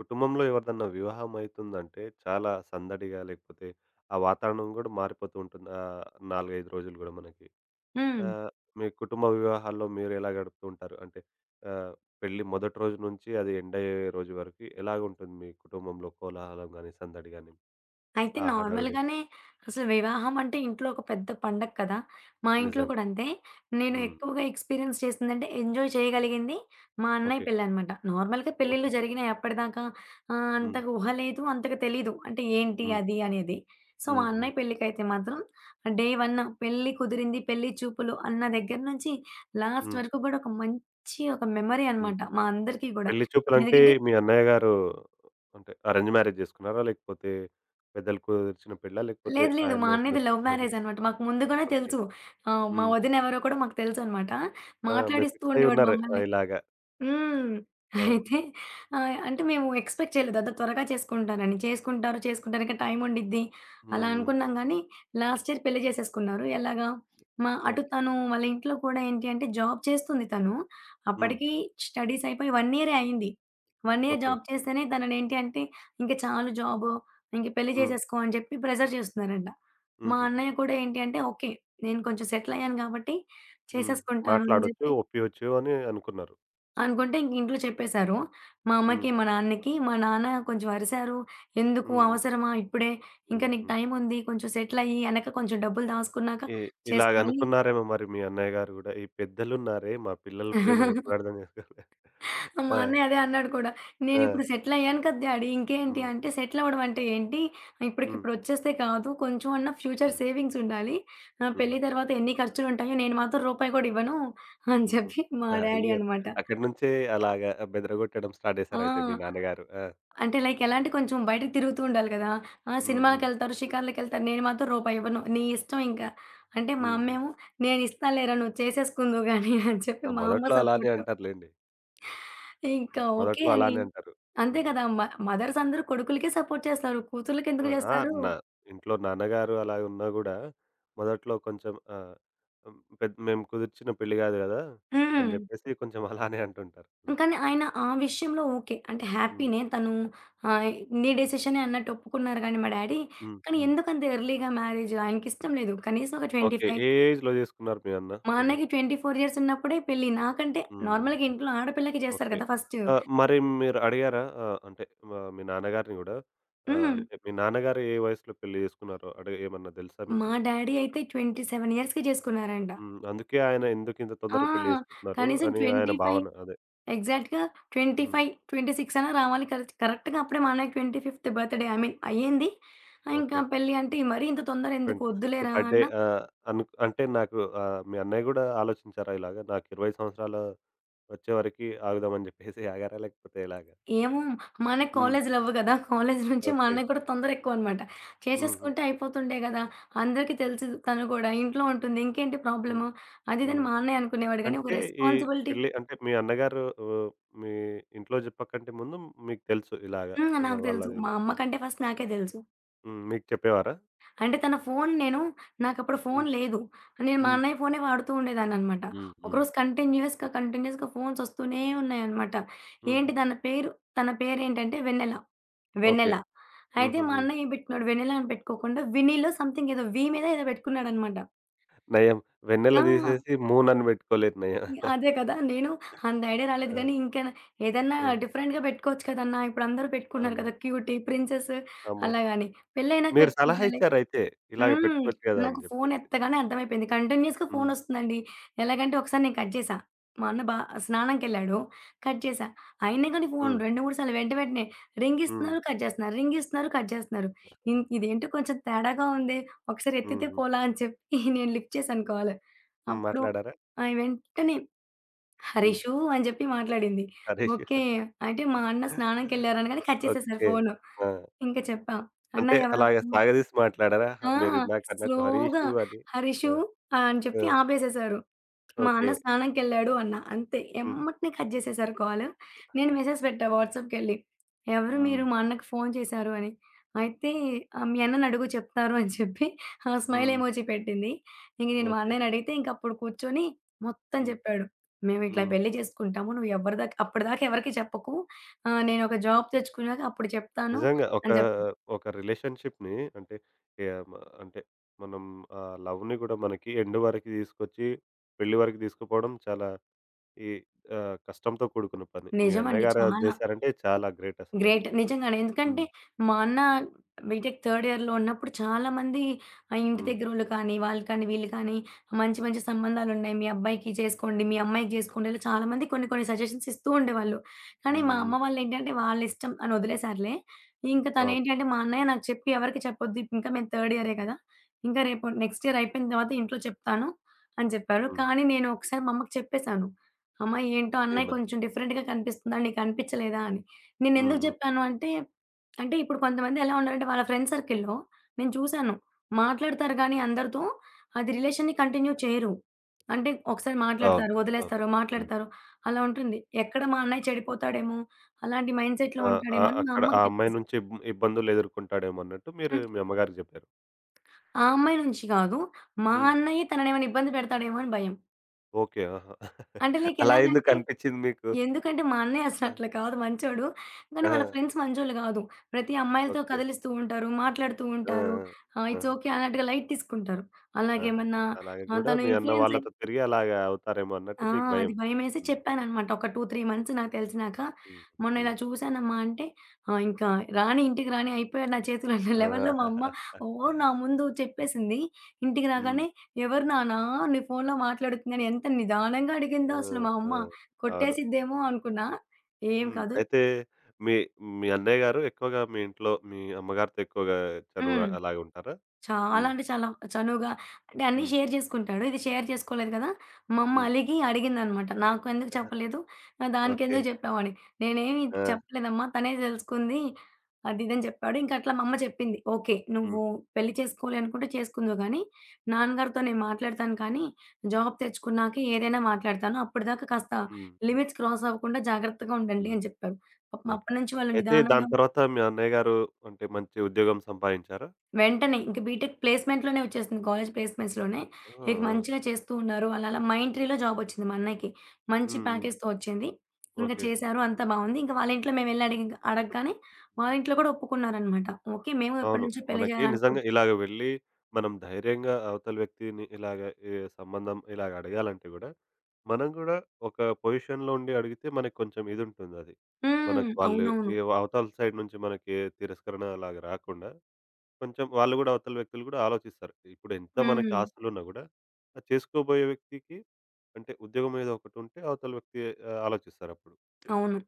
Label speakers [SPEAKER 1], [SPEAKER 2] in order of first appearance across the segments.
[SPEAKER 1] కుటుంబంలో ఎవరిదన్నా వివాహం అయితుందంటే చాలా సందడిగా లేకపోతే ఆ వాతావరణం గూడా మారిపోతూ ఉంటుంది. 4, 5 రోజులు గూడా మనకి.
[SPEAKER 2] హ్మ్.
[SPEAKER 1] ఆహ్, మీ కుటుంబ వివాహాల్లో మీరెలా గడుపుతూ ఉంటారు? అంటే ఆహ్, పెళ్లి మొదటి రోజు నుంచి అది ఎండ్ అయ్యే రోజు వరకి ఎలాగుంటుంది మీ కుటుంబంలో కోలాహలం గాని, సందడి గాని?
[SPEAKER 2] అయితే
[SPEAKER 1] ఆ హడావిడి.
[SPEAKER 2] నార్మల్‌గానే అసలు వివాహం అంటే ఇంట్లో ఒక పెద్ద పండగ కదా! మా ఇంట్లో
[SPEAKER 1] నిజంగా.
[SPEAKER 2] కూడా అంతే. నేను
[SPEAKER 1] హ్మ్.
[SPEAKER 2] ఎక్కువగా ఎక్స్‌పీరియన్స్ చేసిందంటే ఎంజాయ్ చేయగలిగింది మా అన్నయ్య
[SPEAKER 1] ఓకే.
[SPEAKER 2] పెళ్ళనమాట. నార్మల్‌గా పెళ్ళిళ్ళు
[SPEAKER 1] ఆహా!
[SPEAKER 2] జరిగినాయి అప్పటిదాకా.
[SPEAKER 1] హ్మ్.
[SPEAKER 2] అంతగా ఊహ లేదు. అంతగా తెలీదు. అంటే ఏంటి
[SPEAKER 1] హ్మ్.
[SPEAKER 2] అది అనేది. సో, మా
[SPEAKER 1] హ్మ్. హ్మ్.
[SPEAKER 2] అన్నయ్య పెళ్ళికైతే మాత్రం డే 1 పెళ్లి కుదిరింది, పెళ్లి చూపులు అన్న దగ్గర నుంచి లాస్ట్
[SPEAKER 1] హ్మ్.
[SPEAKER 2] వరకు కూడా ఒక మంచి ఒక మెమరీ
[SPEAKER 1] హ్మ్.
[SPEAKER 2] అనమాట మా అందరికీ గూడా.
[SPEAKER 1] పెళ్లి చూపులంటే
[SPEAKER 2] ఎందుకంటే
[SPEAKER 1] మీ అన్నయ్య గారు అంటే అరేంజ్ మ్యారేజ్ చేసుకున్నారా? లేకపోతే పెద్దలు కుదిర్చిన పెళ్ళా? లేకపోతే
[SPEAKER 2] లేదు. లేదు. మా
[SPEAKER 1] ఆయన్నే
[SPEAKER 2] అన్నయ్యది
[SPEAKER 1] కుదిర్చిన
[SPEAKER 2] లవ్ మ్యారేజ్
[SPEAKER 1] పెళ్ళా?
[SPEAKER 2] అనమాట. మాకు ముందుగానే
[SPEAKER 1] ఓకే.
[SPEAKER 2] తెలుసు. మా
[SPEAKER 1] హ్మ్.
[SPEAKER 2] వదిన ఎవరో కూడా మాకు తెలుసనమాట.
[SPEAKER 1] ఆ! మీరు
[SPEAKER 2] మాట్లాడిస్తూ
[SPEAKER 1] ఫిక్స్ అయ్యి
[SPEAKER 2] ఉండేవాడు
[SPEAKER 1] ఉన్నారు ఆ,
[SPEAKER 2] మమ్మల్ని.
[SPEAKER 1] ఇలాగా.
[SPEAKER 2] హ్మ్.
[SPEAKER 1] ఆ!
[SPEAKER 2] అయితే అంటే మేము ఎక్స్‌పెక్ట్ చేయలేదు. అంత త్వరగా చేసుకుంటారని. చేసుకుంటారు, చేసుకుంటారు ఇంకా టైమ్ ఉండిద్ది, అలా
[SPEAKER 1] హ్మ్. హ్మ్.
[SPEAKER 2] అనుకున్నాం గానీ, లాస్ట్ ఇయర్ పెళ్లి చేసేసుకున్నారు. ఎలాగా మా అటు
[SPEAKER 1] ఓకే.
[SPEAKER 2] తను వాళ్ళ ఇంట్లో కూడా ఏంటి అంటే జాబ్ చేస్తుంది తను.
[SPEAKER 1] హ్మ్.
[SPEAKER 2] అప్పటికి స్టడీస్ అయిపోయి 1 ఇయరే అయింది. 1 ఇయర్
[SPEAKER 1] ఓకే.
[SPEAKER 2] జాబ్ చేస్తేనే తనని ఏంటి అంటే, "ఇంక చాలు జాబు, ఇంక పెళ్లి
[SPEAKER 1] హ్మ్.
[SPEAKER 2] చేసేసుకో" అని చెప్పి ప్రెషర్ చేస్తున్నారంట. మా
[SPEAKER 1] హుహుహు.
[SPEAKER 2] అన్నయ్య కూడా ఏంటి అంటే, "ఓకే. నేను కొంచెం సెటిల్ అయ్యాను కాబట్టి
[SPEAKER 1] హ్మ్.
[SPEAKER 2] చేసేసుకుంటాను" అని
[SPEAKER 1] మాట్లాడొచ్చు,
[SPEAKER 2] చెప్పి
[SPEAKER 1] ఒప్పియొచ్చు అని అనుకున్నారు.
[SPEAKER 2] అనుకుంటే ఇంక ఇంట్లో చెప్పేశారు. మా అమ్మకి,
[SPEAKER 1] హ్మ్.
[SPEAKER 2] మా నాన్నకి. మా నాన్న కొంచెం అరిసారు. "ఎందుకు
[SPEAKER 1] హ్మ్.
[SPEAKER 2] అవసరమా ఇప్పుడే? ఇంకా
[SPEAKER 1] హ్మ్.
[SPEAKER 2] నీకు
[SPEAKER 1] హ్మ్.
[SPEAKER 2] టైం ఉంది. కొంచెం సెటిల్ అయ్యి ఎనక కొంచెం డబ్బులు దాసుకున్నాక
[SPEAKER 1] ఇ ఇలాగ
[SPEAKER 2] చేసుకోవాలి."
[SPEAKER 1] అనుకున్నారేమో మరి మీ అన్నయ్య గారు గూడా. ఈ పెద్దలున్నారే మా పిల్లల ప్రేమను ఎప్పుడు అర్థం చేసుకోలే.
[SPEAKER 2] మా
[SPEAKER 1] ఆ!
[SPEAKER 2] అన్నయ్య అదే అన్నాడు కూడా.
[SPEAKER 1] ఆ!
[SPEAKER 2] "నేనిప్పుడు సెటిల్ అయ్యాను కదా డ్యాడీ ఇంకేంటి?"
[SPEAKER 1] హ్మ్.
[SPEAKER 2] అంటే "సెటిల్ అవ్వడం అంటే ఏంటి?
[SPEAKER 1] హ్మ్.
[SPEAKER 2] ఇప్పటికిప్పుడు వచ్చేస్తే కాదు. కొంచెం అన్న ఫ్యూచర్
[SPEAKER 1] హ్మ్.
[SPEAKER 2] సేవింగ్స్ ఉండాలి.
[SPEAKER 1] హుహు.
[SPEAKER 2] పెళ్లి తర్వాత ఎన్ని ఖర్చులుంటాయో నేను మాత్రం రూపాయి కూడా ఇవ్వను" అని
[SPEAKER 1] హుహు.
[SPEAKER 2] చెప్పి మా డ్యాడీ
[SPEAKER 1] అయ్యో!
[SPEAKER 2] అన్నమాట.
[SPEAKER 1] అక్కడి నుంచే అలాగా బెదరగొట్టడం స్టార్ట్
[SPEAKER 2] ఆ!
[SPEAKER 1] జేశారయితే మీ నాన్నగారు. ఆ!
[SPEAKER 2] అంటే లైక్ ఎలా అంటే కొంచెం బయటకి తిరుగుతూ ఉండాలి కదా! ఆ!
[SPEAKER 1] హ్మ్. హ్మ్.
[SPEAKER 2] సినిమాలకెళ్తారు, షికార్లకెళ్తారు. నేను మాత్రం రూపాయి ఇవ్వను. నీ ఇష్టం ఇంకా. అంటే మా
[SPEAKER 1] హ్మ్. హ్మ్.
[SPEAKER 2] అమ్మేమో "నేను ఇస్తానులేరా నువ్వు చేసేసుకుందువు గాని" అని చెప్పి
[SPEAKER 1] ఆ!
[SPEAKER 2] మా అమ్మ
[SPEAKER 1] మొదట్లో అలానే
[SPEAKER 2] సపోర్టు.
[SPEAKER 1] అంటారులెండి.
[SPEAKER 2] ఇంకా
[SPEAKER 1] హ్మ్.
[SPEAKER 2] ఓకే
[SPEAKER 1] మొదట్లో
[SPEAKER 2] అని
[SPEAKER 1] అలానే అంటారు.
[SPEAKER 2] అంతే
[SPEAKER 1] హ్మ్.
[SPEAKER 2] కదా! మదర్స్ అందరూ కొడుకులకే సపోర్ట్ చేస్తారు.
[SPEAKER 1] ఆ!
[SPEAKER 2] కూతుర్లకెందుకు
[SPEAKER 1] ఆ!
[SPEAKER 2] చేస్తారు?
[SPEAKER 1] నా ఇంట్లో నాన్నగారు అలా ఉన్నా గూడా మొదట్లో కొంచెం ఆహ్, హ్మ్. పెద్ మేము కుదిర్చిన పెళ్లి గాదు గదా! అని
[SPEAKER 2] హ్మ్.
[SPEAKER 1] జెప్పేసి కొంచెం అలానే అంటుంటారు.
[SPEAKER 2] కానీ ఆయన ఆ విషయంలో ఓకే. అంటే
[SPEAKER 1] హ్మ్.
[SPEAKER 2] హ్యాపీనే తను. ఆహ్, నీ డెసిషనే అన్నట్టు ఒప్పుకున్నారు గానీ మా డ్యాడీ.
[SPEAKER 1] హ్మ్.
[SPEAKER 2] కానీ
[SPEAKER 1] హ్మ్.
[SPEAKER 2] ఎందుకంత ఎర్లీ‌గా మ్యారేజ్? ఆయనకిష్టం లేదు. కనీసం ఒక
[SPEAKER 1] ఓకే.
[SPEAKER 2] 25.
[SPEAKER 1] ఏ ఏజ్‌లో జేసుకున్నారు మీ అన్న
[SPEAKER 2] మా
[SPEAKER 1] పెళ్లి?
[SPEAKER 2] అన్నయ్యకి 24 ఇయర్స్ ఉన్నప్పుడే పెళ్లి. నాకంటే
[SPEAKER 1] హ్మ్.
[SPEAKER 2] నార్మల్‌గా ఇంట్లో ఆడపిల్లకి చేస్తారు
[SPEAKER 1] ఓకే.
[SPEAKER 2] కదా! ఫస్ట్.
[SPEAKER 1] మరి మీరు అడిగారా? అంటే మీ నాన్నగారిని గూడా
[SPEAKER 2] హ్మ్.
[SPEAKER 1] అంటే మీ నాన్నగారు ఏ వయసులో పెళ్లి చేసుకున్నారో ఏమన్నా తెలుసా
[SPEAKER 2] మా
[SPEAKER 1] మీకు?
[SPEAKER 2] డ్యాడీ అయితే 27 ఇయర్స్‌కి చేసుకున్నారంట.
[SPEAKER 1] హ్మ్. అందుకే ఆయన ఎందుకింత
[SPEAKER 2] ఆ!
[SPEAKER 1] తొందరగా పెళ్లి చేసుకుంటున్నారు
[SPEAKER 2] కనీసం
[SPEAKER 1] అని ఆయన
[SPEAKER 2] 25,
[SPEAKER 1] భావన. అదే.
[SPEAKER 2] ఎగ్జాక్ట్‌గా
[SPEAKER 1] హ్మ్.
[SPEAKER 2] 25, 26 అన్నా రావాలి. కరెక్ట్ కరెక్ట్‌గా అప్పుడే మా అన్నయ్యకి 25థ్ బర్త్‌డే ఐ మీన్ అయ్యింది. ఇంకా
[SPEAKER 1] ఓకే.
[SPEAKER 2] పెళ్లి అంటే మరీ ఇంత తొందర ఎందుకు
[SPEAKER 1] 25థ్
[SPEAKER 2] వద్దులేరా
[SPEAKER 1] బర్త్‌డే
[SPEAKER 2] అన్న.
[SPEAKER 1] ఆహ్, అను అంటే నాకు మీ అన్నయ్య గూడా ఆలోచించారా ఇలాగ? నాకు 20 సంవత్సరాలు వచ్చే వరకి ఆగుదామని జెప్పేసి ఆగారా? లేకపోతే ఎలాగా?
[SPEAKER 2] ఏమో! మా అన్నకి
[SPEAKER 1] హ్మ్.
[SPEAKER 2] కాలేజ్ లవ్వు గదా! కాలేజ్ నుంచి మా
[SPEAKER 1] ఓకే.
[SPEAKER 2] అన్నకి కూడా తొందర ఎక్కువనమాట.
[SPEAKER 1] హుహు.
[SPEAKER 2] చేసేసుకుంటే అయిపోతుండే గదా! అందరికీ తెలుసు తను కూడా. ఇంట్లో ఉంటుంది. ఇంకేంటి
[SPEAKER 1] హ్మ్.
[SPEAKER 2] ప్రాబ్లము? అది ఇదని
[SPEAKER 1] హ్మ్.
[SPEAKER 2] మా అన్నయ్య అనుకునేవాడు గానీ, ఒక
[SPEAKER 1] అంటే ఈ
[SPEAKER 2] రెస్పాన్సిబిలిటీ.
[SPEAKER 1] పెళ్లి అంటే మీ అన్నగారు మీ ఇంట్లో జెప్పకంటే ముందు మీకు తెలుసు ఇలాగ
[SPEAKER 2] హ్మ్.
[SPEAKER 1] అదే
[SPEAKER 2] నాకు తెలుసు.
[SPEAKER 1] వాళ్ళది.
[SPEAKER 2] మా అమ్మ కంటే ఫస్ట్ నాకే తెలుసు.
[SPEAKER 1] హ్మ్. మీకు చెప్పేవారా?
[SPEAKER 2] అంటే తన ఫోను నేను, నాకప్పుడు ఫోను
[SPEAKER 1] హ్మ్.
[SPEAKER 2] లేదు. నేను మా
[SPEAKER 1] హ్మ్.
[SPEAKER 2] అన్నయ్య ఫోనే వాడుతూ ఉండేదాన్ననమాట.
[SPEAKER 1] హ్మ్. హ్మ్.
[SPEAKER 2] ఒకరోజు కంటిన్యూయస్‌గా, కంటిన్యూయస్‌గా ఫోన్స్ వస్తూనే ఉన్నాయనమాట. ఏంటి
[SPEAKER 1] హుహు.
[SPEAKER 2] తన పేరు, తన పేరేంటంటే వెన్నెల.
[SPEAKER 1] ఓకే.
[SPEAKER 2] వెన్నెల. అయితే
[SPEAKER 1] హుహు.
[SPEAKER 2] మా
[SPEAKER 1] హ్మ్.
[SPEAKER 2] అన్నయ్య ఏం పెట్టుకున్నాడు వెన్నెల అని పెట్టుకోకుండా వినీలో సంథింగ్ ఏదో వి మీద ఏదో పెట్టుకున్నాడనమాట.
[SPEAKER 1] నయం. వెన్నెల
[SPEAKER 2] ఆ!
[SPEAKER 1] తీసేసి మూనని బెట్టుకోలేదు నయం.
[SPEAKER 2] అదే కదా! నేను అంత ఐడియా రాలేదు
[SPEAKER 1] ఆ!
[SPEAKER 2] గానీ ఇంకా ఏదన్నా
[SPEAKER 1] ఆ!
[SPEAKER 2] డిఫరెంట్‌గా పెట్టుకోవచ్చు కదన్నా! ఇప్పుడు అందరూ పెట్టుకుంటున్నారు
[SPEAKER 1] అవునా!
[SPEAKER 2] కదా! క్యూటీ, ప్రిన్సెస్
[SPEAKER 1] అమ్మో!
[SPEAKER 2] అలాగని. పెళ్లయినాక
[SPEAKER 1] మీరు సలహా
[SPEAKER 2] పెట్టుకుంటాలే.
[SPEAKER 1] ఇచ్చారయితే. ఇలాగ
[SPEAKER 2] హ్మ్.
[SPEAKER 1] పెట్టుకోవచ్చు గదా!
[SPEAKER 2] నాకు
[SPEAKER 1] అని
[SPEAKER 2] ఫోను
[SPEAKER 1] జెప్పేసి.
[SPEAKER 2] ఎత్తగానే అర్థమైపోయింది. కంటిన్యూయస్‌గా
[SPEAKER 1] హ్మ్.
[SPEAKER 2] ఫోనొస్తుందండి. ఎలాగంటే
[SPEAKER 1] హ్మ్.
[SPEAKER 2] ఒకసారి నేను కట్ చేశా. మా అన్న స్నానంకెళ్ళాడు. కట్ చేశా. అయినా గాని ఫోను
[SPEAKER 1] హ్మ్.
[SPEAKER 2] 2, 3 సార్లు వెంట వెంటనే రింగ్
[SPEAKER 1] హ్మ్.
[SPEAKER 2] ఇస్తున్నారు, కట్ చేస్తున్నారు. రింగ్ ఇస్తున్నారు, కట్ చేస్తున్నారు. ఇదేంటో కొంచెం తేడాగా ఉందే. ఒకసారి
[SPEAKER 1] హ్మ్.
[SPEAKER 2] ఎత్తితే
[SPEAKER 1] హ్మ్.
[SPEAKER 2] పోలా అని చెప్పి నేను లిఫ్ట్ చేశాను కాల్. అప్పుడు
[SPEAKER 1] మాట్లాడారా?
[SPEAKER 2] వెంటనే
[SPEAKER 1] హ్మ్.
[SPEAKER 2] హరీషూ అని చెప్పి మాట్లాడింది.
[SPEAKER 1] హరీష్.
[SPEAKER 2] ఓకే. అంటే మా అన్న స్నానంకెళ్లారు అనగానే కట్ చేసేశారు
[SPEAKER 1] ఓకే.
[SPEAKER 2] ఫోను.
[SPEAKER 1] ఆ!
[SPEAKER 2] ఇంక చెప్పా, "అన్న
[SPEAKER 1] అంటే
[SPEAKER 2] ఎవరో."
[SPEAKER 1] అలాగ సాగదీసి మాట్లాడారా?
[SPEAKER 2] ఆ!
[SPEAKER 1] మీరిందాకన్నట్టు
[SPEAKER 2] స్లోగా
[SPEAKER 1] 'హరీషు' అని.
[SPEAKER 2] హరీషు,
[SPEAKER 1] ఆ!
[SPEAKER 2] అని
[SPEAKER 1] ఆ!
[SPEAKER 2] చెప్పి ఆపేసేశారు. మా
[SPEAKER 1] ఓకే.
[SPEAKER 2] అన్న స్నానంకెళ్ళాడు అన్న. అంతే
[SPEAKER 1] హ్మ్.
[SPEAKER 2] ఎమ్మటనే కట్ చేసేశారు కాల్. నేను మెసేజ్ పెట్టా వాట్సాప్‌కెళ్ళి. ఎవరు
[SPEAKER 1] హ్మ్.
[SPEAKER 2] మీరు మా అన్నకి ఫోన్ చేశారు అని. అయితే మీ అన్నని అడుగు చెప్తారు అని చెప్పి ఆ స్మైల్
[SPEAKER 1] హ్మ్.
[SPEAKER 2] ఎమోజి పెట్టింది. ఇంక నేను మా
[SPEAKER 1] ఓకే.
[SPEAKER 2] అన్నయ్యని అడిగితే ఇంక అప్పుడు కూర్చొని మొత్తం
[SPEAKER 1] హ్మ్.
[SPEAKER 2] చెప్పాడు. "మేము ఇట్లా
[SPEAKER 1] హ్మ్.
[SPEAKER 2] పెళ్లి చేసుకుంటాము. నువ్వు ఎవరి దాకా అప్పటిదాకా ఎవరికీ చెప్పకు. నేను ఒక జాబ్ తెచ్చుకున్నాక అప్పుడు చెప్తాను"
[SPEAKER 1] నిజంగా ఒక
[SPEAKER 2] అని చెప్పి.
[SPEAKER 1] ఒక రిలేషన్‌షిప్‌ని అంటే ఏం అంటే మనం ఆ లవ్‌ని గూడా మనకి ఎండ్ వరకు తీసుకొచ్చి, పెళ్లి వరకు తీసుకుపోవడం చాలా ఈ కష్టంతో కూడుకున్న పని. మీ అన్నయ్య
[SPEAKER 2] నిజమండి
[SPEAKER 1] గారు అది
[SPEAKER 2] చాలా.
[SPEAKER 1] జేశారంటే చాలా గ్రేట్ అసలది.
[SPEAKER 2] గ్రేట్. నిజంగానే. ఎందుకంటే,
[SPEAKER 1] హ్మ్.
[SPEAKER 2] మా అన్న బీటెక్ థర్డ్ ఇయర్‌లో ఉన్నప్పుడు చాలామంది ఇంటి
[SPEAKER 1] హ్మ్.
[SPEAKER 2] దగ్గరోళ్ళు కానీ, వాళ్ళు కానీ, వీళ్ళు కానీ మంచి మంచి సంబంధాలున్నాయి. మీ అబ్బాయికి చేసుకోండి, మీ అమ్మాయికి చేసుకోండి ఇలా చాలామంది కొన్ని కొన్ని సజెషన్స్ ఇస్తూ ఉండేవాళ్ళు. కానీ
[SPEAKER 1] హ్మ్.
[SPEAKER 2] మా
[SPEAKER 1] హ్మ్.
[SPEAKER 2] అమ్మ వాళ్ళేంటంటే, వాళ్ళిష్టం అని వదిలేసారులే. ఇంక
[SPEAKER 1] అవును.
[SPEAKER 2] తనేంటంటే, మా అన్నయ్య నాకు చెప్పి ఎవరికీ చెప్పొద్దు. ఇంకా మేము థర్డ్ ఇయరే కదా! ఇంకా రేపు నెక్స్ట్ ఇయర్ అయిపోయిన తర్వాత ఇంట్లో చెప్తాను అని చెప్పారు.
[SPEAKER 1] హ్మ్.
[SPEAKER 2] కానీ నేను ఒకసారి మా అమ్మకి చెప్పేసాను. అమ్మ ఏంటో అన్నయ్య
[SPEAKER 1] ఏమని?
[SPEAKER 2] కొంచెం డిఫరెంట్‌గా కనిపిస్తున్నాడు. నీకనిపించలేదా అని.
[SPEAKER 1] హ్మ్.
[SPEAKER 2] నేనెందుకు
[SPEAKER 1] హ్మ్.
[SPEAKER 2] జెప్పాను అంటే, అంటే ఇప్పుడు కొంతమంది ఎలా ఉన్నారంటే వాళ్ళ ఫ్రెండ్ సర్కిల్‌లో నేను చూసాను. మాట్లాడతారు గానీ అందరితో అది రిలేషన్‌ని కంటిన్యూ చేయరు. అంటే ఒకసారి
[SPEAKER 1] అవును.
[SPEAKER 2] మాట్లాడతారు,
[SPEAKER 1] అవును.
[SPEAKER 2] వదిలేస్తారు,
[SPEAKER 1] హ్మ్.
[SPEAKER 2] మాట్లాడతారు, అలా ఉంటుంది. ఎక్కడ మా అన్నయ్య
[SPEAKER 1] హ్మ్.
[SPEAKER 2] చెడిపోతాడేమో, అలాంటి మైండ్ సెట్‌లో
[SPEAKER 1] ఆ! ఆ!
[SPEAKER 2] ఉంటాడేమో అని మా
[SPEAKER 1] అక్కడ ఆ
[SPEAKER 2] అమ్మకి
[SPEAKER 1] అమ్మాయి
[SPEAKER 2] చెప్పేసా.
[SPEAKER 1] నుంచి ఇబ్బందులు ఎదుర్కొంటాడేమో అన్నట్టు మీరు
[SPEAKER 2] హ్మ్.
[SPEAKER 1] మీ అమ్మగారికి జెప్పారు.
[SPEAKER 2] ఆ అమ్మాయి నుంచి గాదు. మా
[SPEAKER 1] హ్మ్.
[SPEAKER 2] అన్నయ్యే తననేమైనా ఇబ్బంది పెడతాడేమో అని భయం.
[SPEAKER 1] ఓకే. ఆహా!
[SPEAKER 2] అంటే లైక్
[SPEAKER 1] అలా ఎందుకు
[SPEAKER 2] ఎలాగంటే
[SPEAKER 1] అనిపిచ్చింది మీకు?
[SPEAKER 2] ఎందుకంటే, మా అన్నయ్య
[SPEAKER 1] ఆ!
[SPEAKER 2] అసలట్లా కాదు, మంచోడు. కానీ
[SPEAKER 1] ఆహా!
[SPEAKER 2] వాళ్ళ ఫ్రెండ్స్ మంచోళ్ళు గాదు. ప్రతి అమ్మాయిలతో
[SPEAKER 1] ఓకే.
[SPEAKER 2] కదిలిస్తూ ఉంటారు, మాట్లాడుతూ
[SPEAKER 1] ఆ!
[SPEAKER 2] ఉంటారు.
[SPEAKER 1] ఆ!
[SPEAKER 2] ఇట్స్
[SPEAKER 1] ఆహా!
[SPEAKER 2] ఓకే అన్నట్టుగా లైట్ తీసుకుంటారు.
[SPEAKER 1] ఆహా!
[SPEAKER 2] అలాగేమన్నా
[SPEAKER 1] అలాగ గూడా
[SPEAKER 2] తను
[SPEAKER 1] మీ అన్న
[SPEAKER 2] ఇన్‌ఫ్లూయెన్స్ అయి,
[SPEAKER 1] వాళ్ళతో తిరిగి అలాగా అవుతారేమో అన్నట్టు
[SPEAKER 2] ఆ!
[SPEAKER 1] మీకు
[SPEAKER 2] అది
[SPEAKER 1] భయం.
[SPEAKER 2] భయమేసి
[SPEAKER 1] హ్మ్.
[SPEAKER 2] చెప్పాననమాట. ఒక 2, 3 మంత్స్ నాకు తెలిసినాక,
[SPEAKER 1] హ్మ్.
[SPEAKER 2] మొన్న ఇలా
[SPEAKER 1] హ్మ్.
[SPEAKER 2] చూశానమ్మా అంటే, ఇంకా రాని ఇంటికి రాని అయిపోయాడు నా చేతిలో అన్న లెవెల్‌లో మా
[SPEAKER 1] ఆహా!
[SPEAKER 2] అమ్మ ఓ నా ముందు చెప్పేసింది. ఇంటికి
[SPEAKER 1] హ్మ్.
[SPEAKER 2] రాగానే "ఎవరు నాన్న నీ ఫోన్‌లో మాట్లాడుతుందని" ఎంత నిదానంగా అడిగిందో
[SPEAKER 1] ఆ!
[SPEAKER 2] అసలు మా అమ్మ.
[SPEAKER 1] ఆ! అవును.
[SPEAKER 2] కొట్టేసిద్దేమో అనుకున్నా. ఏం
[SPEAKER 1] హ్మ్.
[SPEAKER 2] కాదు.
[SPEAKER 1] అయితే మీ మీ అన్నయ్య గారు ఎక్కువగా మీ ఇంట్లో మీ అమ్మగారితో ఎక్కువగా చనువుగా
[SPEAKER 2] హ్మ్.
[SPEAKER 1] అలాగుంటారా?
[SPEAKER 2] చాలా
[SPEAKER 1] హ్మ్.
[SPEAKER 2] అంటే చాలా చనువుగా, అంటే అన్నీ
[SPEAKER 1] హ్మ్.
[SPEAKER 2] షేర్ చేసుకుంటాడు. ఇది షేర్ చేసుకోలేదు కదా! మా అమ్మ
[SPEAKER 1] హ్మ్.
[SPEAKER 2] అలిగి అడిగిందనమాట. "నాకు ఎందుకు
[SPEAKER 1] ఆహా!
[SPEAKER 2] చెప్పలేదు?
[SPEAKER 1] ఓకే.
[SPEAKER 2] దానికెందుకు చెప్పావు" అని. నేనేమి
[SPEAKER 1] ఆ!
[SPEAKER 2] చెప్పలేదమ్మా, తనే తెలుసుకుంది. అది ఇది అని చెప్పాడు. ఇంక అట్లా మా అమ్మ చెప్పింది. "ఓకే. నువ్వు
[SPEAKER 1] హ్మ్.
[SPEAKER 2] పెళ్లి చేసుకోవాలి అనుకుంటే చేసుకుందువు గానీ, నాన్నగారితో నేను మాట్లాడతాను కానీ, జాబ్ తెచ్చుకున్నాక ఏదైనా మాట్లాడతాను. అప్పటిదాకా కాస్త
[SPEAKER 1] హ్మ్. హ్మ్.
[SPEAKER 2] లిమిట్స్ క్రాస్ అవ్వకుండా జాగ్రత్తగా ఉండండి"
[SPEAKER 1] హ్మ్.
[SPEAKER 2] అని చెప్పారు. పాపం
[SPEAKER 1] ఓకే.
[SPEAKER 2] అప్పటినుంచి వాళ్ళు
[SPEAKER 1] అయితే దాని
[SPEAKER 2] నిదానంగా.
[SPEAKER 1] తర్వాత మీ అన్నయ్య గారు అంటే మంచి ఉద్యోగం సంపాదించారా?
[SPEAKER 2] వెంటనే ఇంక బీటెక్ ప్లేస్‌మెంట్‌లోనే వచ్చేసింది. కాలేజ్ ప్లేస్‌మెంట్స్‌లోనే
[SPEAKER 1] ఆ!
[SPEAKER 2] ఇక
[SPEAKER 1] ఆ!
[SPEAKER 2] మంచిగా చేస్తూ ఉన్నారు. అలా అలా మైండ్ ట్రీలో జాబ్ వచ్చింది మా అన్నయ్యకి. మంచి
[SPEAKER 1] హ్మ్. హ్మ్.
[SPEAKER 2] ప్యాకేజ్‌తో వచ్చింది. ఇంక
[SPEAKER 1] ఓకే.
[SPEAKER 2] చేశారు, అంతా బావుంది. ఇంక వాళ్ళ ఇంట్లో మేము వెళ్లి అడిగి అడగగానే వాళ్ళ
[SPEAKER 1] హ్మ్.
[SPEAKER 2] ఇంట్లో కూడా ఒప్పుకున్నారనమాట. ఓకే. మేము
[SPEAKER 1] అవును.
[SPEAKER 2] ఎప్పటినుంచో పెళ్లి
[SPEAKER 1] మనకి నిజంగా
[SPEAKER 2] చేయాలనుకుంటున్నాం.
[SPEAKER 1] ఇలాగ వెళ్ళి మనం ధైర్యంగా అవతల వ్యక్తిని ఇలాగ ఏ సంబంధం ఇలాగ అడగాలంటే గూడా, మనం గూడా ఒక పొజిషన్‌లో ఉండి అడిగితే మనకు కొంచెం ఇదుంటుందది.
[SPEAKER 2] హ్మ్.
[SPEAKER 1] మనకు వాళ్ళు
[SPEAKER 2] అవునవును.
[SPEAKER 1] ఈ అవతల సైడ్ నుంచి మనకి తిరస్కరణ అలాగ రాకుండా కొంచెం వాళ్ళు గూడా అవతల వ్యక్తులు గూడా ఆలోచిస్తారు. ఇప్పుడెంత మనకి
[SPEAKER 2] హ్మ్.
[SPEAKER 1] ఆస్తులున్నా గూడా, అది చేసుకోబోయే వ్యక్తికి అంటే ఉద్యోగం ఏదో ఒకటుంటే అవతల వ్యక్తి ఆలోచిస్తారప్పుడు.
[SPEAKER 2] అవును.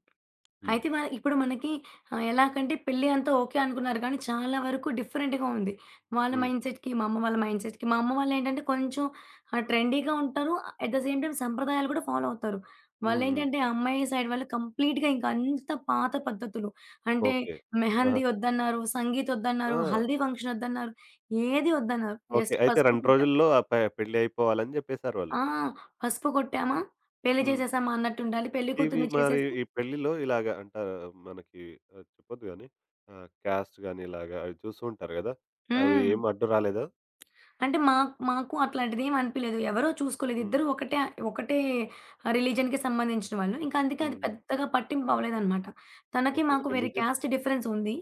[SPEAKER 1] హ్మ్.
[SPEAKER 2] అయితే మన ఇప్పుడు మనకి ఎలాగంటే పెళ్లి అంతా ఓకే అనుకున్నారు కానీ, చాలా వరకు డిఫరెంట్‌గా ఉంది. వాళ్ళ
[SPEAKER 1] హ్మ్.
[SPEAKER 2] మైండ్‌సెట్‌కి, మా అమ్మ వాళ్ళ మైండ్‌సెట్‌కి. మా అమ్మ వాళ్ళేంటంటే కొంచెం ట్రెండీగా ఉంటారు. ఎట్ ద సేమ్ టైమ్ సంప్రదాయాలు కూడా ఫాలో అవుతారు.
[SPEAKER 1] హ్మ్. హ్మ్.
[SPEAKER 2] వాళ్ళేంటంటే అమ్మాయి సైడ్ వాళ్ళు కంప్లీట్‌గా ఇంక అంత పాత పద్ధతులు. అంటే
[SPEAKER 1] ఓకే. ఆహా!
[SPEAKER 2] మెహందీ ఒద్దన్నారు, సంగీత్
[SPEAKER 1] ఆ!
[SPEAKER 2] ఒద్దన్నారు, హల్దీ ఫంక్షన్ ఒద్దన్నారు, ఏది ఒద్దన్నారు.
[SPEAKER 1] ఓకే.
[SPEAKER 2] జస్ట్
[SPEAKER 1] అయితే
[SPEAKER 2] పసుపు
[SPEAKER 1] 2
[SPEAKER 2] కొట్టాం.
[SPEAKER 1] రోజుల్లో ఆ పెళ్లి అయిపోవాలని జెప్పేసారు వాళ్ళు.
[SPEAKER 2] ఆ! పసుపు కొట్టామా, పెళ్లి
[SPEAKER 1] హ్మ్.
[SPEAKER 2] చేసేసామా అన్నట్టుండాలి. పెళ్లి
[SPEAKER 1] ఇవి
[SPEAKER 2] కూతుర్ని
[SPEAKER 1] మరి
[SPEAKER 2] చేసేసి.
[SPEAKER 1] ఈ పెళ్ళిలో ఇలాగ మనకి చెప్పొద్దు గానీ క్యాస్ట్ గాని ఇలాగ అవి చూస్తూ ఉంటారు గదా! అవి
[SPEAKER 2] హ్మ్.
[SPEAKER 1] ఏం అడ్డు రాలేదా?
[SPEAKER 2] అంటే మాకు అట్లాంటిదేమి అనిపియలేదు. ఎవరో చూసుకోలేదు.
[SPEAKER 1] హ్మ్.
[SPEAKER 2] ఇద్దరు ఒకటే ఒకటే రిలీజియన్‌కి సంబంధించిన వాళ్ళు. ఇంకా అందుకే
[SPEAKER 1] హ్మ్.
[SPEAKER 2] అది
[SPEAKER 1] హ్మ్.
[SPEAKER 2] పెద్దగా పట్టింపు అవ్వలేదనమాట. తనకి
[SPEAKER 1] ఓకే.
[SPEAKER 2] మాకు వేరే
[SPEAKER 1] రిలీజియన్?
[SPEAKER 2] క్యాస్ట్ డిఫరెన్స్ ఉంది.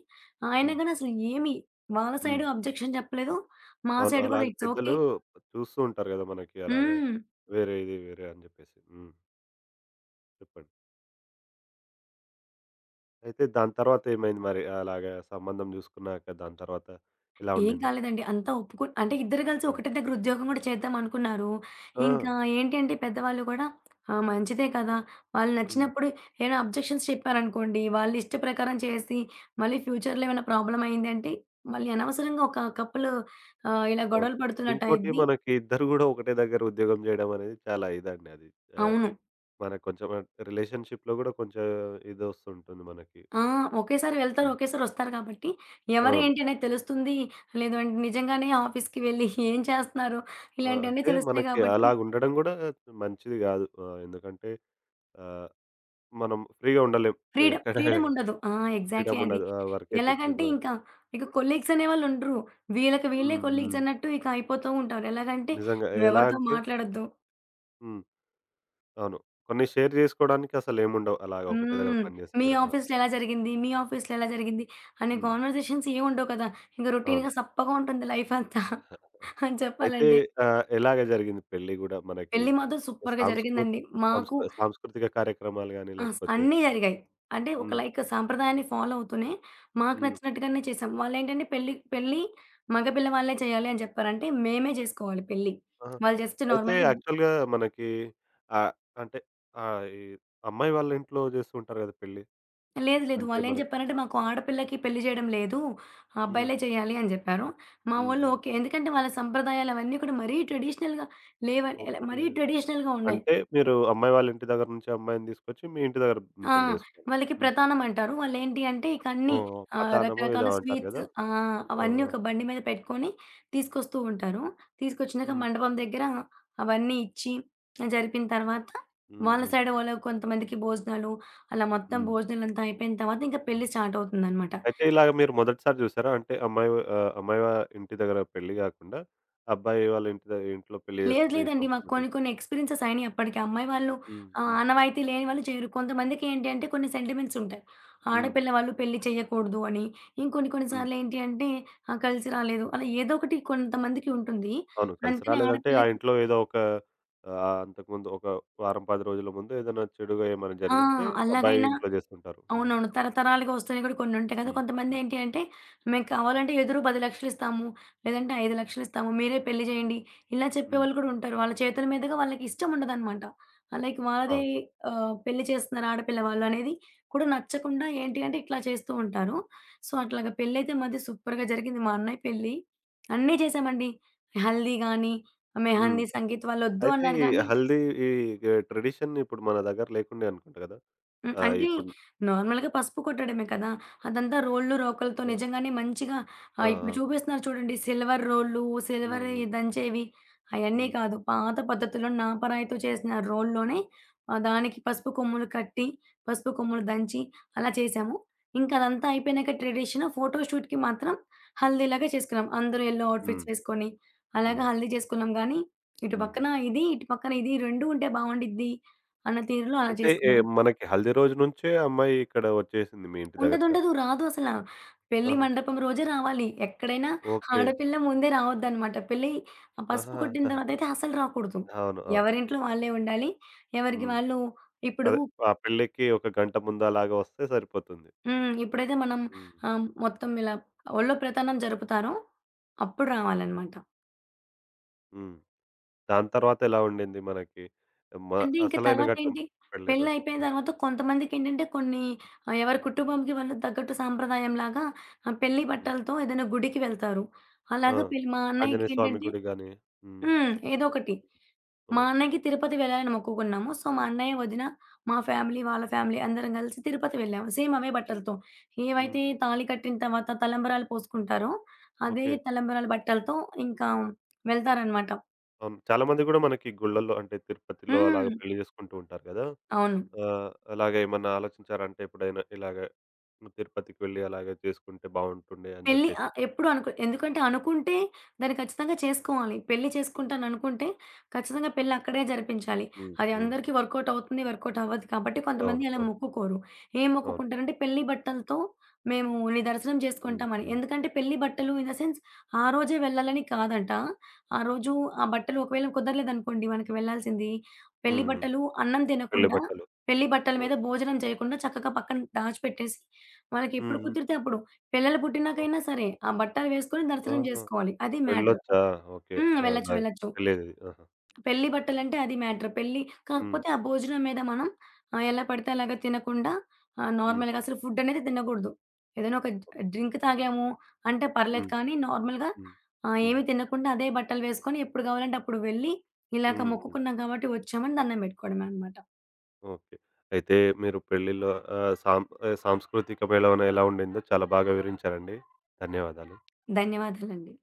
[SPEAKER 2] అయినా
[SPEAKER 1] హ్మ్.
[SPEAKER 2] గాని అసలు ఏమి వాళ్ళ
[SPEAKER 1] హ్మ్.
[SPEAKER 2] సైడు అబ్జెక్షన్ చెప్పలేదు. మా
[SPEAKER 1] అవును.
[SPEAKER 2] సైడ్ గూడా
[SPEAKER 1] అలాగే
[SPEAKER 2] ఇట్స్ ఓకే.
[SPEAKER 1] పెద్దలు చూస్తూ ఉంటారు గదా! మనకి అలాగా
[SPEAKER 2] హ్మ్.
[SPEAKER 1] వేరే ఇది వేరే అని జెప్పేసి. హ్మ్. చెప్పండి. అయితే దాని తర్వాత ఏమైంది మరి? అలాగా సంబంధం జూసుకున్నాక దాని తర్వాత ఇలా
[SPEAKER 2] ఏం
[SPEAKER 1] ఉండింది?
[SPEAKER 2] కాలేదండి. అంతా ఒప్పుకు అంటే ఇద్దరు కలిసి
[SPEAKER 1] హ్మ్.
[SPEAKER 2] ఒకటే దగ్గర ఉద్యోగం గూడా చేద్దాం అనుకున్నారు.
[SPEAKER 1] ఆ!
[SPEAKER 2] ఇంకా ఏంటి అంటే పెద్దవాళ్ళు గూడా ఆ! మంచిదే కదా! వాళ్ళు
[SPEAKER 1] హ్మ్.
[SPEAKER 2] నచ్చినప్పుడు ఏమైనా అబ్జెక్షన్స్ చెప్పారనుకోండి, వాళ్ళ ఇష్ట ప్రకారం చేసి మళ్ళీ ఫ్యూచర్‌లో ఏమైనా ప్రాబ్లమ్ అయిందంటే మళ్ళీ అనవసరంగా ఒక కపుల్ ఇలా
[SPEAKER 1] అవును.
[SPEAKER 2] గొడవలు పడుతున్నట్టు
[SPEAKER 1] ఇంకోటి
[SPEAKER 2] అయిద్ది.
[SPEAKER 1] మనకి ఇద్దరు గూడా ఒకటే దగ్గర ఉద్యోగం జేయడం అనేది చాలా ఇదండి అది. ఆహ్,
[SPEAKER 2] అవును.
[SPEAKER 1] మనకు కొంచెం రిలేషన్‌షిప్‌లో గూడా కొంచెం ఇదొస్తుంటుంది మనకి.
[SPEAKER 2] ఆ! ఒకేసారి వెళ్తారు.
[SPEAKER 1] హ్మ్.
[SPEAKER 2] ఒకేసారి వస్తారు కాబట్టి ఎవరు
[SPEAKER 1] అవును.
[SPEAKER 2] ఏంటి అనేది తెలుస్తుంది. లేదు అంటే నిజంగానే ఆఫీస్‌కి వెళ్ళి ఏం చేస్తున్నారు
[SPEAKER 1] ఆ!
[SPEAKER 2] ఇలాంటివన్నీ
[SPEAKER 1] అంటే
[SPEAKER 2] తెలుస్తాయి
[SPEAKER 1] మనకి
[SPEAKER 2] కాబట్టి
[SPEAKER 1] అలాగుండడం గూడా మంచిది గాదు. ఎందుకంటే ఆహ్, మనం ఫ్రీగా ఉండలేం.
[SPEAKER 2] ఫ్రీడమ్
[SPEAKER 1] ఎక్కడ
[SPEAKER 2] ఫ్రీడముండదు. ఆ! ఎగ్జాక్ట్‌లీ
[SPEAKER 1] ఫ్రీడమ్
[SPEAKER 2] అది.
[SPEAKER 1] ఉండదు. ఆ! వర్క్ ఎథిక్స్
[SPEAKER 2] ఎలాగంటే
[SPEAKER 1] గాని
[SPEAKER 2] ఇంకా, ఇక కొలీగ్స్ అనేవాళ్ళు ఉండరు. వీళ్ళకి వీళ్ళే
[SPEAKER 1] హ్మ్.
[SPEAKER 2] కొలీగ్స్
[SPEAKER 1] హ్మ్.
[SPEAKER 2] అన్నట్టు ఇక అయిపోతూ ఉంటారు. ఎలాగంటే
[SPEAKER 1] నిజంగా ఎలా
[SPEAKER 2] నువ్వెవరితో
[SPEAKER 1] అంటే
[SPEAKER 2] మాట్లాడొద్దు.
[SPEAKER 1] హ్మ్. అవును. కొన్ని షేర్ జేసుకోవడానికి అసలేముండవు. అలాగ ఒకటే దగ్గర
[SPEAKER 2] హ్మ్.
[SPEAKER 1] పని జేస్తే
[SPEAKER 2] మీ
[SPEAKER 1] గూడా. ఆ!
[SPEAKER 2] ఆఫీస్‌లో ఎలా జరిగింది? మీ ఆఫీస్‌లో ఎలా జరిగింది? అనే
[SPEAKER 1] హ్మ్.
[SPEAKER 2] కాన్వర్జేషన్స్ ఏం ఉండవు కదా! ఇంక
[SPEAKER 1] అవును.
[SPEAKER 2] రొటీన్‌గా సప్పగా ఉంటుంది లైఫ్ అంతా. అని
[SPEAKER 1] అయితే
[SPEAKER 2] చెప్పాలంటే.
[SPEAKER 1] ఎలాగ జరిగింది పెళ్లి గూడా మనకి
[SPEAKER 2] పెళ్లి మాత్రం సూపర్‌గా
[SPEAKER 1] సాంస్కృతి
[SPEAKER 2] జరిగిందండి. మాకు
[SPEAKER 1] సాంస్కృతిక కార్యక్రమాలు గాని
[SPEAKER 2] ఆ! స్
[SPEAKER 1] లేకపోతే
[SPEAKER 2] అన్నీ జరిగాయి. అంటే ఒక
[SPEAKER 1] హ్మ్.
[SPEAKER 2] లైక్ సాంప్రదాయాన్ని ఫాలో అవుతూనే మాకు
[SPEAKER 1] హ్మ్.
[SPEAKER 2] నచ్చినట్టుగానే చేసాం. వాళ్ళేంటంటే పెళ్లి పెళ్లి మగపిల్ల వాళ్ళే చేయాలి అని చెప్పారు. అంటే మేమే జేసుకోవాలి పెళ్లి.
[SPEAKER 1] ఆహా!
[SPEAKER 2] వాళ్ళు జస్ట్
[SPEAKER 1] అయితే
[SPEAKER 2] నార్మల్‌గా
[SPEAKER 1] యాక్చువల్‌గా మనకి ఆహ్, అంటే ఈ అమ్మాయి వాళ్ళ ఇంట్లో జేస్తూ ఉంటారు గదా పెళ్లి.
[SPEAKER 2] లేదు. లేదు.
[SPEAKER 1] అంటే
[SPEAKER 2] వాళ్ళేం
[SPEAKER 1] మనకి
[SPEAKER 2] చెప్పారంటే మాకు ఆడపిల్లకి పెళ్లి చేయడం లేదు.
[SPEAKER 1] హ్మ్.
[SPEAKER 2] అబ్బాయిలే చేయాలి అని జెప్పారు. మా
[SPEAKER 1] హ్మ్.
[SPEAKER 2] వోళ్ళు
[SPEAKER 1] హ్మ్.
[SPEAKER 2] ఓకే. ఎందుకంటే వాళ్ళ సంప్రదాయాలు అవన్నీ కూడా మరీ ట్రెడిషనల్‌గా లేవని ఎలా
[SPEAKER 1] ఓకే.
[SPEAKER 2] మరీ ట్రెడిషనల్‌గా ఉన్నాయి.
[SPEAKER 1] అంటే మీరు అమ్మాయి వాళ్ళ ఇంటి దగ్గర నుంచి అమ్మాయిని తీసుకొచ్చి మీ ఇంటి దగ్గర
[SPEAKER 2] ఆ!
[SPEAKER 1] పెళ్లి చేసుకున్నారు.
[SPEAKER 2] వాళ్ళకి
[SPEAKER 1] హ్మ్.
[SPEAKER 2] ప్రతానం అంటారు. వాళ్ళేంటి అంటే ఇక అన్నీ
[SPEAKER 1] ఓహ్! పతానమో
[SPEAKER 2] రకరకాల
[SPEAKER 1] ఏదో అంటారు
[SPEAKER 2] స్వీట్స్.
[SPEAKER 1] గదా!
[SPEAKER 2] ఆ!
[SPEAKER 1] ఆ!
[SPEAKER 2] అవన్నీ
[SPEAKER 1] ఆ!
[SPEAKER 2] ఒక బండి మీద పెట్టుకొని తీసుకొస్తూ ఉంటారు. తీసుకొచ్చినాక
[SPEAKER 1] హ్మ్.
[SPEAKER 2] మండపం దగ్గర అవన్నీ ఇచ్చి జరిపిన తర్వాత
[SPEAKER 1] హ్మ్.
[SPEAKER 2] వాళ్ళ
[SPEAKER 1] హ్మ్.
[SPEAKER 2] సైడ్ వాళ్ళు కొంతమందికి భోజనాలు, అలా మొత్తం
[SPEAKER 1] హ్మ్.
[SPEAKER 2] భోజనాలంతా అయిపోయిన తర్వాత ఇంకా
[SPEAKER 1] హ్మ్.
[SPEAKER 2] పెళ్లి స్టార్ట్ అవుతుందనమాట.
[SPEAKER 1] అయితే ఇలాగ మీరు మొదటిసారి చూసారా? అంటే అమ్మాయి ఆహ్, అమ్మాయి వా ఇంటి దగ్గర పెళ్లి గాకుండా అబ్బాయి వాళ్ళ ఇంటి ద ఇంట్లో పెళ్లి
[SPEAKER 2] లేదు
[SPEAKER 1] చేసుకునే ఈ
[SPEAKER 2] లేదండి. మాకు
[SPEAKER 1] సంస్కృతి.
[SPEAKER 2] కొన్ని కొన్ని ఎక్స్‌పీరియన్సెస్ అయినియి అప్పటికి. అమ్మాయి వాళ్ళు
[SPEAKER 1] హ్మ్. హ్మ్.
[SPEAKER 2] ఆనవాయితీ లేని వాళ్ళు చేయరు. కొంతమందికి ఏంటి అంటే కొన్ని సెంటిమెంట్స్ ఉంటాయి.
[SPEAKER 1] హ్మ్.
[SPEAKER 2] ఆడపిల్ల వాళ్ళు పెళ్లి చేయకూడదు అని. ఇంకొన్ని కొన్ని
[SPEAKER 1] హ్మ్.
[SPEAKER 2] సార్లు ఏంటి అంటే కలిసి రాలేదు. అలా ఏదో ఒకటి కొంతమందికి ఉంటుంది.
[SPEAKER 1] అవును. కలిసి
[SPEAKER 2] అందుకని
[SPEAKER 1] రాలేదంటే ఆ
[SPEAKER 2] ఆడపిల్లకి
[SPEAKER 1] ఇంట్లో ఏదో ఒక అంతకుముందు ఒక వారం, 10 రోజుల ముందు ఏదైనా చెడుగా ఏమైనా
[SPEAKER 2] ఆ!
[SPEAKER 1] జరిగుంటే అబ్బాయి
[SPEAKER 2] అలాగైనా
[SPEAKER 1] ఇంట్లో జేస్తుంటారు. హ్మ్.
[SPEAKER 2] అవునవును. తరతరాలుగా వస్తున్నాయి కూడా కొన్నుంటాయి కదా!
[SPEAKER 1] హ్మ్. హ్మ్.
[SPEAKER 2] కొంతమందేంటి అంటే, మేము కావాలంటే ఎదురు 10,00,000 ఇస్తాము. లేదంటే 5,00,000 ఇస్తాము. మీరే పెళ్లి చేయండి. ఇలా
[SPEAKER 1] హ్మ్.
[SPEAKER 2] చెప్పేవాళ్ళు కూడా ఉంటారు. వాళ్ళ చేతుల మీదుగా వాళ్ళకి ఇష్టం ఉండదనమాట. లైక్ వాళ్ళదే
[SPEAKER 1] అవును.
[SPEAKER 2] పెళ్లి చేస్తున్నారు ఆడపిల్ల వాళ్ళు అనేది కూడా నచ్చకుండా ఏంటి అంటే ఇట్లా చేస్తూ ఉంటారు. సో, అట్లాగా పెళ్లయితే మాది సూపర్‌గా జరిగింది. మా అన్నయ్య పెళ్లి. అన్నీ చేశామండి. హల్దీ గాని,
[SPEAKER 1] హ్మ్.
[SPEAKER 2] మెహందీ, సంగీత్ వాళ్ళొద్దు
[SPEAKER 1] అయితే
[SPEAKER 2] అన్నారు గానీ.
[SPEAKER 1] హల్దీ ఈ ట్రెడిషన్ ఇప్పుడు మన దగ్గర లేకుండే అనుకుంటా గదా!
[SPEAKER 2] హ్మ్.
[SPEAKER 1] ఆ!
[SPEAKER 2] అంటే
[SPEAKER 1] ఇప్పుడు
[SPEAKER 2] నార్మల్‌గా పసుపు కొట్టడమే కదా! అదంతా రోళ్ళు, రోకలతో
[SPEAKER 1] ఆ!
[SPEAKER 2] నిజంగానే మంచిగా
[SPEAKER 1] ఆ!
[SPEAKER 2] ఇప్పుడు
[SPEAKER 1] ఆ!
[SPEAKER 2] చూపిస్తున్నారు చూడండి సిల్వర్ రోళ్ళు, సిల్వర్ ఈ
[SPEAKER 1] హ్మ్.
[SPEAKER 2] దంచేవి, అయన్నీ
[SPEAKER 1] హ్మ్.
[SPEAKER 2] కాదు. పాత పద్ధతిలో నాపరాయితో చేసిన రోల్లోనే దానికి పసుపు కొమ్ములు కట్టి, పసుపు కొమ్ములు దంచి అలా చేశాము. ఇంకా అదంతా అయిపోయినాక ట్రెడిషన్ ఫోటో షూట్‌కి మాత్రం హల్దీలాగా చేసుకున్నాం. అందరూ యెల్లో
[SPEAKER 1] హ్మ్.
[SPEAKER 2] అవుట్‌ఫిట్స్ వేసుకొని అలాగా
[SPEAKER 1] హ్మ్. హ్మ్.
[SPEAKER 2] హల్దీ చేసుకున్నాం గానీ, ఇటు
[SPEAKER 1] హుహు.
[SPEAKER 2] పక్కన ఇది, ఇటు పక్కన ఇది 2 ఉంటే బావుండిద్ది అన్న తీరులో అలా
[SPEAKER 1] అంటే
[SPEAKER 2] చేసుకున్నాం.
[SPEAKER 1] మనకి హల్దీ రోజు నుంచే అమ్మాయి ఇక్కడ వచ్చేసింది మీ ఇంటి దగ్గరకా?
[SPEAKER 2] ఉండదుండదు. రాదు అసల. పెళ్లి
[SPEAKER 1] ఆహా!
[SPEAKER 2] మండపం రోజే రావాలి. ఎక్కడైనా
[SPEAKER 1] ఓకే.
[SPEAKER 2] ఆడపిల్ల ముందే రావద్దనమాట. పెళ్లి పసుపు కొట్టిన
[SPEAKER 1] ఆహాహా!
[SPEAKER 2] తర్వాతయితే అసలు రాకూడదు.
[SPEAKER 1] అవును. అవును.
[SPEAKER 2] ఎవరింట్లో వాళ్ళే ఉండాలి. ఎవరికి
[SPEAKER 1] హ్మ్.
[SPEAKER 2] వాళ్ళు ఇప్పుడు.
[SPEAKER 1] అదే ఆ పెళ్ళికి ఒక గంట ముందు అలాగా వస్తే సరిపోతుంది.
[SPEAKER 2] హ్మ్. ఎప్పుడైతే మనం
[SPEAKER 1] హ్మ్.
[SPEAKER 2] మొత్తం ఇలా ఒళ్ళో ప్రతానం జరుపుతారో అప్పుడు రావాలనమాట.
[SPEAKER 1] హ్మ్. దాని తర్వాత ఎలా ఉండింది మనకి మ
[SPEAKER 2] అంటే ఇంక
[SPEAKER 1] అసలైన ఘట్టం
[SPEAKER 2] తర్వాతేంటి
[SPEAKER 1] పెళ్లి రోజు?
[SPEAKER 2] పెళ్లయిపోయిన
[SPEAKER 1] హ్మ్.
[SPEAKER 2] తర్వాత కొంతమందికేంటంటే కొన్ని ఎవరి కుటుంబంకి వాళ్ళు తగ్గట్టు సాంప్రదాయంలాగా పెళ్లి
[SPEAKER 1] హ్మ్.
[SPEAKER 2] బట్టలతో ఏదైనా గుడికి వెళ్తారు.
[SPEAKER 1] ఆ!
[SPEAKER 2] అలాగా పెళ్లి మా
[SPEAKER 1] ఆంజనేయ స్వామి
[SPEAKER 2] అన్నయ్యకేంటంటే.
[SPEAKER 1] గుడి గాని. హ్మ్.
[SPEAKER 2] హ్మ్. ఏదో ఒకటి. మా
[SPEAKER 1] హ్మ్.
[SPEAKER 2] అన్నయ్యకి తిరుపతి వెళ్ళాలని మొక్కుకున్నాము. సో, మా అన్నయ్య, వదిన, మా ఫ్యామిలీ, వాళ్ళ ఫ్యామిలీ అందరం కలిసి తిరుపతి వెళ్ళాము. సేమ్ అవే
[SPEAKER 1] హ్మ్.
[SPEAKER 2] బట్టలతో.
[SPEAKER 1] హ్మ్.
[SPEAKER 2] ఏవైతే తాళి కట్టిన తర్వాత తలంబరాలు పోసుకుంటారో, అదే
[SPEAKER 1] ఓకే.
[SPEAKER 2] తలంబరాల బట్టలతో ఇంకా వెళ్తారనమాట.
[SPEAKER 1] అవును. చాలా మంది గూడా మనకి గుళ్ళల్లో అంటే తిరుపతిలో అలాగ
[SPEAKER 2] హ్మ్.
[SPEAKER 1] పెళ్లి జేసుకుంటూ ఉంటారు గదా!
[SPEAKER 2] అవును.
[SPEAKER 1] ఆహ్, అలాగే ఏమన్నా ఆలోచించారా? అంటే ఎప్పుడైనా ఇలాగ తిరుపతికి వెళ్లి అలాగే చేసుకుంటే బావుంటుండే అని
[SPEAKER 2] పెళ్లి ఆ!
[SPEAKER 1] జెప్పేసి.
[SPEAKER 2] ఎప్పుడు అనుకో ఎందుకంటే అనుకుంటే దాన్ని ఖచ్చితంగా చేసుకోవాలి. పెళ్లి చేసుకుంటాననుకుంటే ఖచ్చితంగా పెళ్లి అక్కడే జరిపించాలి.
[SPEAKER 1] హ్మ్.
[SPEAKER 2] అది
[SPEAKER 1] హ్మ్.
[SPEAKER 2] అందరికీ వర్కౌట్ అవుతుంది, వర్కౌట్ అవ్వదు కాబట్టి
[SPEAKER 1] అవును.
[SPEAKER 2] కొంతమంది అలా
[SPEAKER 1] అవును.
[SPEAKER 2] మొక్కుకోరు. ఏం
[SPEAKER 1] అవును.
[SPEAKER 2] మొక్కుకుంటారంటే పెళ్లి బట్టలతో మేము నీ దర్శనం
[SPEAKER 1] హ్మ్.
[SPEAKER 2] చేసుకుంటామని.
[SPEAKER 1] హ్మ్.
[SPEAKER 2] ఎందుకంటే పెళ్లి బట్టలు ఇన్ ద సెన్స్ ఆ రోజే వెళ్ళాలని కాదంట. ఆ రోజు ఆ బట్టలు ఒకవేళ కుదరలేదనుకోండి మనకి వెళ్ళాల్సింది.
[SPEAKER 1] హ్మ్.
[SPEAKER 2] పెళ్లి
[SPEAKER 1] హ్మ్.
[SPEAKER 2] బట్టలు అన్నం
[SPEAKER 1] పెళ్లి
[SPEAKER 2] తినకుండా,
[SPEAKER 1] బట్టలు.
[SPEAKER 2] పెళ్లి బట్టల
[SPEAKER 1] ఆ!
[SPEAKER 2] మీద భోజనం చేయకుండా చక్కగా పక్కన దాచిపెట్టేసి, వాళ్ళకి
[SPEAKER 1] హ్మ్.
[SPEAKER 2] ఎప్పుడు
[SPEAKER 1] హ్మ్.
[SPEAKER 2] కుదిరితే అప్పుడు పిల్లలు పుట్టినాకైనా
[SPEAKER 1] ఓహో!
[SPEAKER 2] సరే, ఆ బట్టలు వేసుకొని దర్శనం
[SPEAKER 1] ఆహా!
[SPEAKER 2] జేసుకోవాలి. అది మ్యాటర్.
[SPEAKER 1] వెళ్ళొచ్చా? ఓకే.
[SPEAKER 2] హ్మ్.
[SPEAKER 1] ఆ!
[SPEAKER 2] వెళ్ళొచ్చు.
[SPEAKER 1] నాకు
[SPEAKER 2] వెళ్ళొచ్చు.
[SPEAKER 1] తెలీదిది. ఆహా!
[SPEAKER 2] పెళ్లి బట్టలంటే అది మ్యాటర్. పెళ్లి
[SPEAKER 1] హ్మ్.
[SPEAKER 2] కాకపోతే ఆ భోజనం మీద మనం ఎలా పడితే అలాగా తినకుండా
[SPEAKER 1] హ్మ్.
[SPEAKER 2] నార్మల్‌గా అసలు ఫుడ్ అనేది తినకూడదు. ఏదైనా ఒక
[SPEAKER 1] ఓకే.
[SPEAKER 2] డ్రింక్ తాగాము అంటే పర్లేదు
[SPEAKER 1] హ్మ్.
[SPEAKER 2] కానీ నార్మల్‌గా
[SPEAKER 1] హ్మ్. హ్మ్.
[SPEAKER 2] ఏమి తినకుండా అదే బట్టలు వేసుకొని ఎప్పుడు గావాలంటే అప్పుడు వెళ్ళి, ఇలాగ
[SPEAKER 1] హ్మ్.
[SPEAKER 2] మొక్కుకున్నాం కాబట్టి వచ్చామని దండం బెట్టుకోవడమే అనమాట.
[SPEAKER 1] ఓకే. అయితే మీరు పెళ్ళిలో సాంస్కృతిక మేళవన ఎలా ఉండిందో చాలా బాగా వివరించారండి. ధన్యవాదాలు.
[SPEAKER 2] ధన్యవాదాలండి.